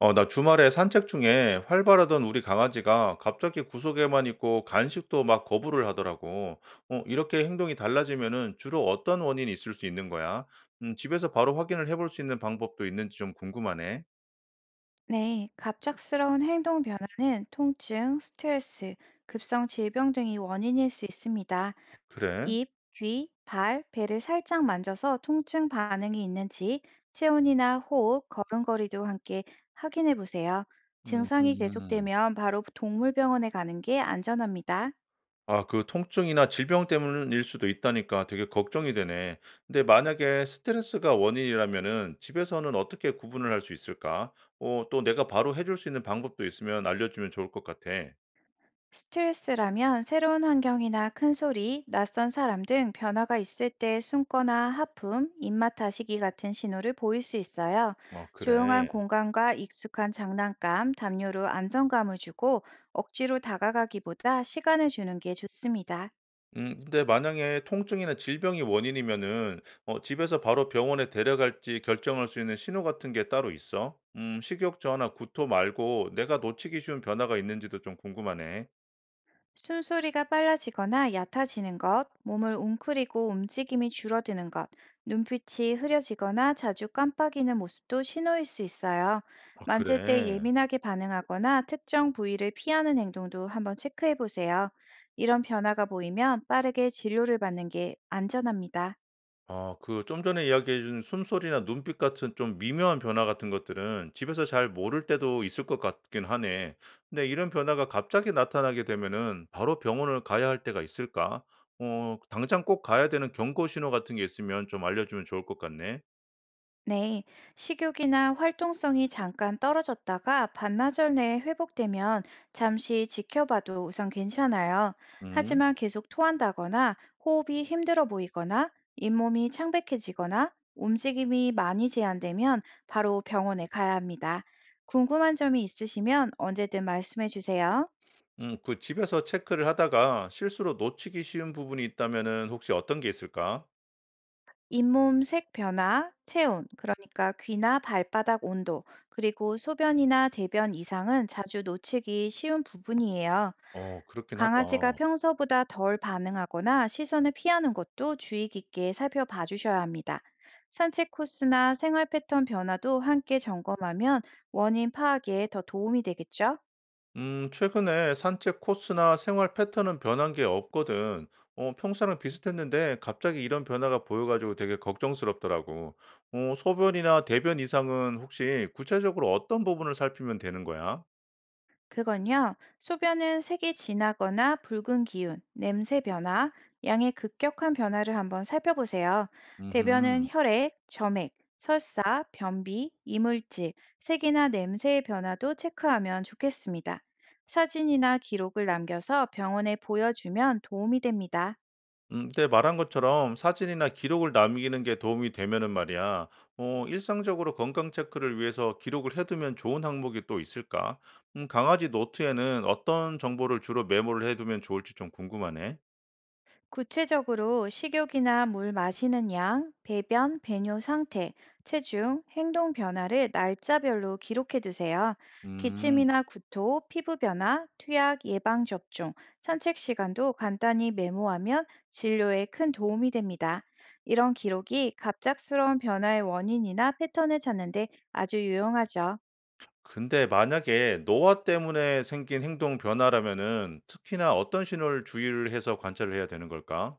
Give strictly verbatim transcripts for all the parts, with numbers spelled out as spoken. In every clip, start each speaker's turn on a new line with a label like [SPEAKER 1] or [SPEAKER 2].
[SPEAKER 1] 어, 나 주말에 산책 중에 활발하던 우리 강아지가 갑자기 구석에만 있고 간식도 막 거부를 하더라고. 어, 이렇게 행동이 달라지면은 주로 어떤 원인이 있을 수 있는 거야? 음, 집에서 바로 확인을 해볼 수 있는 방법도 있는지 좀 궁금하네.
[SPEAKER 2] 네, 갑작스러운 행동 변화는 통증, 스트레스, 급성 질병 등이 원인일 수 있습니다.
[SPEAKER 1] 그래?
[SPEAKER 2] 입, 귀, 발, 배를 살짝 만져서 통증 반응이 있는지 체온이나 호흡, 걸음걸이도 함께 확인해 보세요. 증상이
[SPEAKER 1] 음흠.
[SPEAKER 2] 계속되면 바로 동물병원에 가는 게 안전합니다.
[SPEAKER 1] 아, 그 통증이나 질병 때문일 수도 있다니까 되게 걱정이 되네. 근데 만약에 스트레스가 원인이라면은 집에서는 어떻게 구분을 할 수 있을까? 어, 또 내가 바로 해줄 수 있는 방법도 있으면 알려주면 좋을 것 같아.
[SPEAKER 2] 스트레스라면 새로운 환경이나 큰 소리, 낯선 사람 등 변화가 있을 때 숨거나 하품, 입맛 다시기 같은 신호를 보일 수 있어요.
[SPEAKER 1] 아
[SPEAKER 2] 조용한
[SPEAKER 1] 그래.
[SPEAKER 2] 공간과 익숙한 장난감, 담요로 안정감을 주고 억지로 다가가기보다 시간을 주는 게 좋습니다.
[SPEAKER 1] 음 근데 만약에 통증이나 질병이 원인이면은 어 집에서 바로 병원에 데려갈지 결정할 수 있는 신호 같은 게 따로 있어? 음 식욕 저하나 구토 말고 내가 놓치기 쉬운 변화가 있는지도 좀 궁금하네.
[SPEAKER 2] 숨소리가 빨라지거나 얕아지는 것, 몸을 웅크리고 움직임이 줄어드는 것, 눈빛이 흐려지거나 자주 깜빡이는 모습도 신호일 수 있어요.
[SPEAKER 1] 아
[SPEAKER 2] 만질 때
[SPEAKER 1] 그래.
[SPEAKER 2] 예민하게 반응하거나 특정 부위를 피하는 행동도 한번 체크해 보세요. 이런 변화가 보이면 빠르게 진료를 받는 게 안전합니다.
[SPEAKER 1] 아 그 좀 전에 이야기해 준 숨소리나 눈빛 같은 좀 미묘한 변화 같은 것들은 집에서 잘 모를 때도 있을 것 같긴 하네. 근데 이런 변화가 갑자기 나타나게 되면은 바로 병원을 가야 할 때가 있을까? 어 당장 꼭 가야 되는 경고 신호 같은 게 있으면 좀 알려주면 좋을 것 같네.
[SPEAKER 2] 네, 식욕이나 활동성이 잠깐 떨어졌다가 반나절 내에 회복되면 잠시 지켜봐도 우선 괜찮아요.
[SPEAKER 1] 음.
[SPEAKER 2] 하지만 계속 토한다거나 호흡이 힘들어 보이거나 잇몸이 창백해지거나 움직임이 많이 제한되면 바로 병원에 가야 합니다. 궁금한 점이 있으시면 언제든 말씀해 주세요.
[SPEAKER 1] 음 그 집에서 체크를 하다가 실수로 놓치기 쉬운 부분이 있다면은 혹시 어떤 게 있을까?
[SPEAKER 2] 잇몸 색 변화, 체온, 그러니까 귀나 발바닥 온도, 그리고 소변이나 대변 이상은 자주 놓치기 쉬운 부분이에요.
[SPEAKER 1] 어 그렇긴 하다.
[SPEAKER 2] 강아지가 평소보다 덜 반응하거나 시선을 피하는 것도 주의 깊게 살펴봐 주셔야 합니다. 산책 코스나 생활 패턴 변화도 함께 점검하면 원인 파악에 더 도움이 되겠죠?
[SPEAKER 1] 음, 최근에 산책 코스나 생활 패턴은 변한 게 없거든. 어, 평소랑 비슷했는데 갑자기 이런 변화가 보여가지고 되게 걱정스럽더라고. 어, 소변이나 대변 이상은 혹시 구체적으로 어떤 부분을 살피면 되는 거야?
[SPEAKER 2] 그건요, 소변은 색이 진하거나 붉은 기운, 냄새 변화, 양의 급격한 변화를 한번 살펴보세요. 대변은
[SPEAKER 1] 음,
[SPEAKER 2] 혈액, 점액, 설사, 변비, 이물질, 색이나 냄새의 변화도 체크하면 좋겠습니다. 사진이나 기록을 남겨서 병원에 보여주면 도움이 됩니다.
[SPEAKER 1] 음, 근데 말한 것처럼 사진이나 기록을 남기는 게 도움이 되면은 말이야. 어, 일상적으로 건강 체크를 위해서 기록을 해두면 좋은 항목이 또 있을까? 음, 강아지 노트에는 어떤 정보를 주로 메모를 해두면 좋을지 좀 궁금하네.
[SPEAKER 2] 구체적으로 식욕이나 물 마시는 양, 배변, 배뇨 상태, 체중, 행동 변화를 날짜별로 기록해 두세요.
[SPEAKER 1] 음.
[SPEAKER 2] 기침이나 구토, 피부 변화, 투약 예방 접종, 산책 시간도 간단히 메모하면 진료에 큰 도움이 됩니다. 이런 기록이 갑작스러운 변화의 원인이나 패턴을 찾는 데 아주 유용하죠.
[SPEAKER 1] 근데 만약에 노화 때문에 생긴 행동 변화라면은 특히나 어떤 신호를 주의를 해서 관찰을 해야 되는 걸까?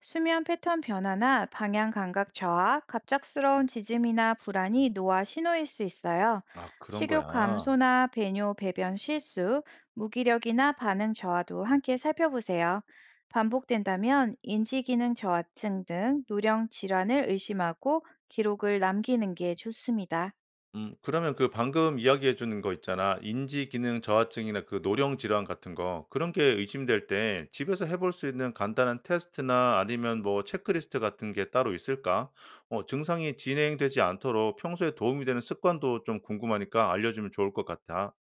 [SPEAKER 2] 수면 패턴 변화나 방향 감각 저하, 갑작스러운 지짐이나 불안이 노화 신호일 수 있어요.
[SPEAKER 1] 아, 그런
[SPEAKER 2] 식욕
[SPEAKER 1] 거야.
[SPEAKER 2] 감소나 배뇨, 배변 실수, 무기력이나 반응 저하도 함께 살펴보세요. 반복된다면 인지기능 저하증 등 노령 질환을 의심하고 기록을 남기는 게 좋습니다.
[SPEAKER 1] 음, 그러면 그 방금 이야기해 주는 거 있잖아. 인지 기능 저하증이나 그 노령 질환 같은 거. 그런 게 의심될 때 집에서 해볼 수 있는 간단한 테스트나 아니면 뭐 체크리스트 같은 게 따로 있을까? 어, 증상이 진행되지 않도록 평소에 도움이 되는 습관도 좀 궁금하니까 알려주면 좋을 것 같아.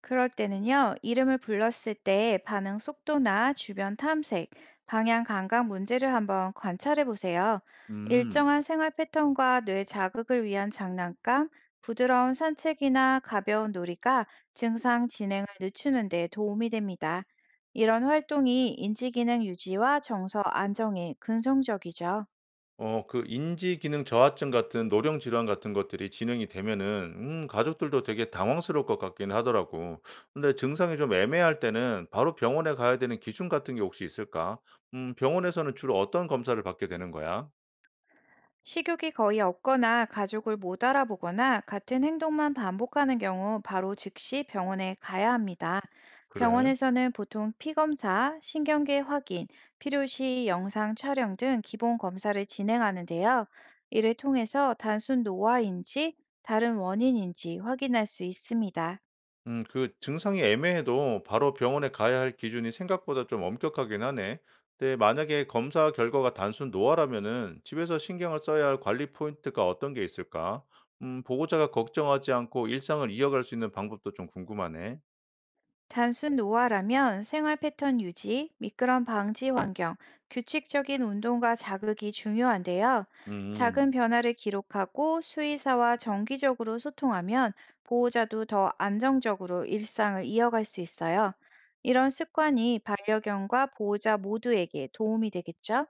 [SPEAKER 2] 그럴 때는요, 이름을 불렀을 때 반응 속도나 주변 탐색, 방향 감각 문제를 한번 관찰해 보세요.
[SPEAKER 1] 음.
[SPEAKER 2] 일정한 생활 패턴과 뇌 자극을 위한 장난감, 부드러운 산책이나 가벼운 놀이가 증상 진행을 늦추는 데 도움이 됩니다. 이런 활동이 인지기능 유지와 정서 안정에 긍정적이죠.
[SPEAKER 1] 어 그 인지 기능 저하증 같은 노령 질환 같은 것들이 진행이 되면은 음 가족들도 되게 당황스러울 것 같긴 하더라고. 근데 증상이 좀 애매할 때는 바로 병원에 가야 되는 기준 같은 게 혹시 있을까? 음 병원에서는 주로 어떤 검사를 받게 되는 거야?
[SPEAKER 2] 식욕이 거의 없거나 가족을 못 알아보거나 같은 행동만 반복하는 경우 바로 즉시 병원에 가야 합니다.
[SPEAKER 1] 그래.
[SPEAKER 2] 병원에서는 보통 피검사, 신경계 확인, 필요시 영상 촬영 등 기본 검사를 진행하는데요. 이를 통해서 단순 노화인지 다른 원인인지 확인할 수 있습니다.
[SPEAKER 1] 음, 그 증상이 애매해도 바로 병원에 가야 할 기준이 생각보다 좀 엄격하긴 하네. 근데 만약에 검사 결과가 단순 노화라면은 집에서 신경을 써야 할 관리 포인트가 어떤 게 있을까? 음, 보호자가 걱정하지 않고 일상을 이어갈 수 있는 방법도 좀 궁금하네.
[SPEAKER 2] 단순 노화라면 생활 패턴 유지, 미끄럼 방지 환경, 규칙적인 운동과 자극이 중요한데요.
[SPEAKER 1] 음.
[SPEAKER 2] 작은 변화를 기록하고 수의사와 정기적으로 소통하면 보호자도 더 안정적으로 일상을 이어갈 수 있어요. 이런 습관이 반려견과 보호자 모두에게 도움이 되겠죠?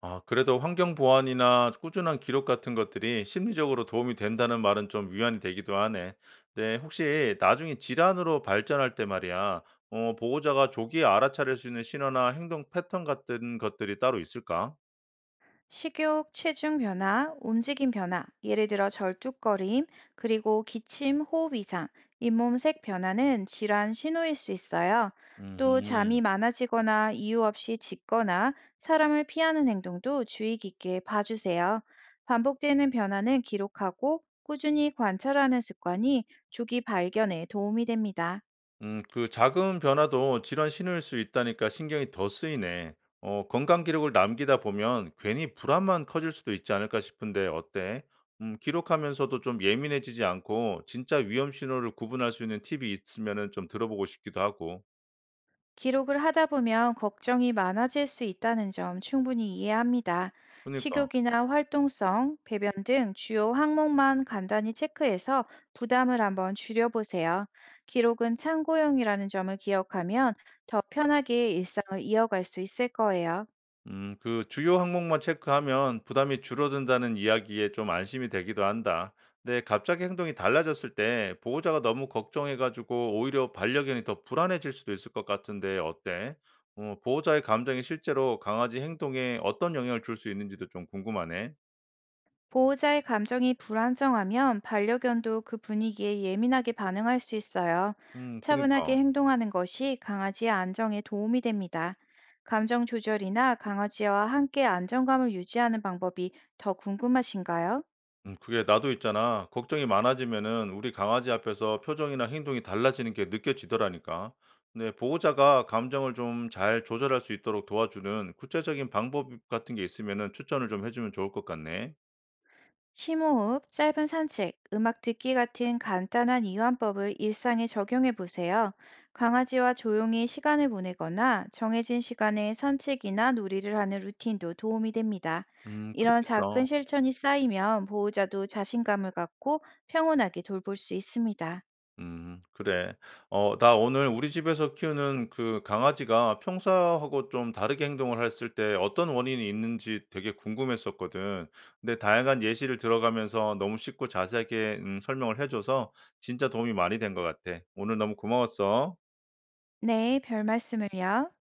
[SPEAKER 1] 아 그래도 환경 보완이나 꾸준한 기록 같은 것들이 심리적으로 도움이 된다는 말은 좀 위안이 되기도 하네. 네, 혹시 나중에 질환으로 발전할 때 말이야, 어, 보호자가 조기에 알아차릴 수 있는 신호나 행동 패턴 같은 것들이 따로 있을까?
[SPEAKER 2] 식욕, 체중 변화, 움직임 변화, 예를 들어 절뚝거림, 그리고 기침, 호흡 이상, 잇몸색 변화는 질환 신호일 수 있어요. 또 잠이
[SPEAKER 1] 음
[SPEAKER 2] 많아지거나 이유 없이 짖거나 사람을 피하는 행동도 주의 깊게 봐주세요. 반복되는 변화는 기록하고 꾸준히 관찰하는 습관이 조기 발견에 도움이 됩니다.
[SPEAKER 1] 음, 그 작은 변화도 질환 신호일 수 있다니까 신경이 더 쓰이네. 어, 건강 기록을 남기다 보면 괜히 불안만 커질 수도 있지 않을까 싶은데 어때? 음, 기록하면서도 좀 예민해지지 않고 진짜 위험 신호를 구분할 수 있는 팁이 있으면은 좀 들어보고 싶기도 하고.
[SPEAKER 2] 기록을 하다 보면 걱정이 많아질 수 있다는 점 충분히 이해합니다.
[SPEAKER 1] 그러니까.
[SPEAKER 2] 식욕이나 활동성, 배변 등 주요 항목만 간단히 체크해서 부담을 한번 줄여보세요. 기록은 참고용이라는 점을 기억하면 더 편하게 일상을 이어갈 수 있을 거예요.
[SPEAKER 1] 음, 그 주요 항목만 체크하면 부담이 줄어든다는 이야기에 좀 안심이 되기도 한다. 근데 갑자기 행동이 달라졌을 때 보호자가 너무 걱정해가지고 오히려 반려견이 더 불안해질 수도 있을 것 같은데 어때? 어, 보호자의 감정이 실제로 강아지 행동에 어떤 영향을 줄 수 있는지도 좀 궁금하네.
[SPEAKER 2] 보호자의 감정이 불안정하면 반려견도 그 분위기에 예민하게 반응할 수 있어요.
[SPEAKER 1] 음,
[SPEAKER 2] 차분하게
[SPEAKER 1] 그니까.
[SPEAKER 2] 행동하는 것이 강아지의 안정에 도움이 됩니다. 감정 조절이나 강아지와 함께 안정감을 유지하는 방법이 더 궁금하신가요?
[SPEAKER 1] 음, 그게 나도 있잖아. 걱정이 많아지면은 우리 강아지 앞에서 표정이나 행동이 달라지는 게 느껴지더라니까. 근데 보호자가 감정을 좀 잘 조절할 수 있도록 도와주는 구체적인 방법 같은 게 있으면은 추천을 좀 해주면 좋을 것 같네.
[SPEAKER 2] 심호흡, 짧은 산책, 음악 듣기 같은 간단한 이완법을 일상에 적용해 보세요. 강아지와 조용히 시간을 보내거나 정해진 시간에 산책이나 놀이를 하는 루틴도 도움이 됩니다.
[SPEAKER 1] 음,
[SPEAKER 2] 이런 작은
[SPEAKER 1] 그렇겠다.
[SPEAKER 2] 실천이 쌓이면 보호자도 자신감을 갖고 평온하게 돌볼 수 있습니다.
[SPEAKER 1] 음 그래. 어 나 오늘 우리 집에서 키우는 그 강아지가 평소하고 좀 다르게 행동을 했을 때 어떤 원인이 있는지 되게 궁금했었거든. 근데 다양한 예시를 들어가면서 너무 쉽고 자세하게 음 설명을 해 줘서 진짜 도움이 많이 된 것 같아. 오늘 너무 고마웠어.
[SPEAKER 2] 네, 별 말씀을요.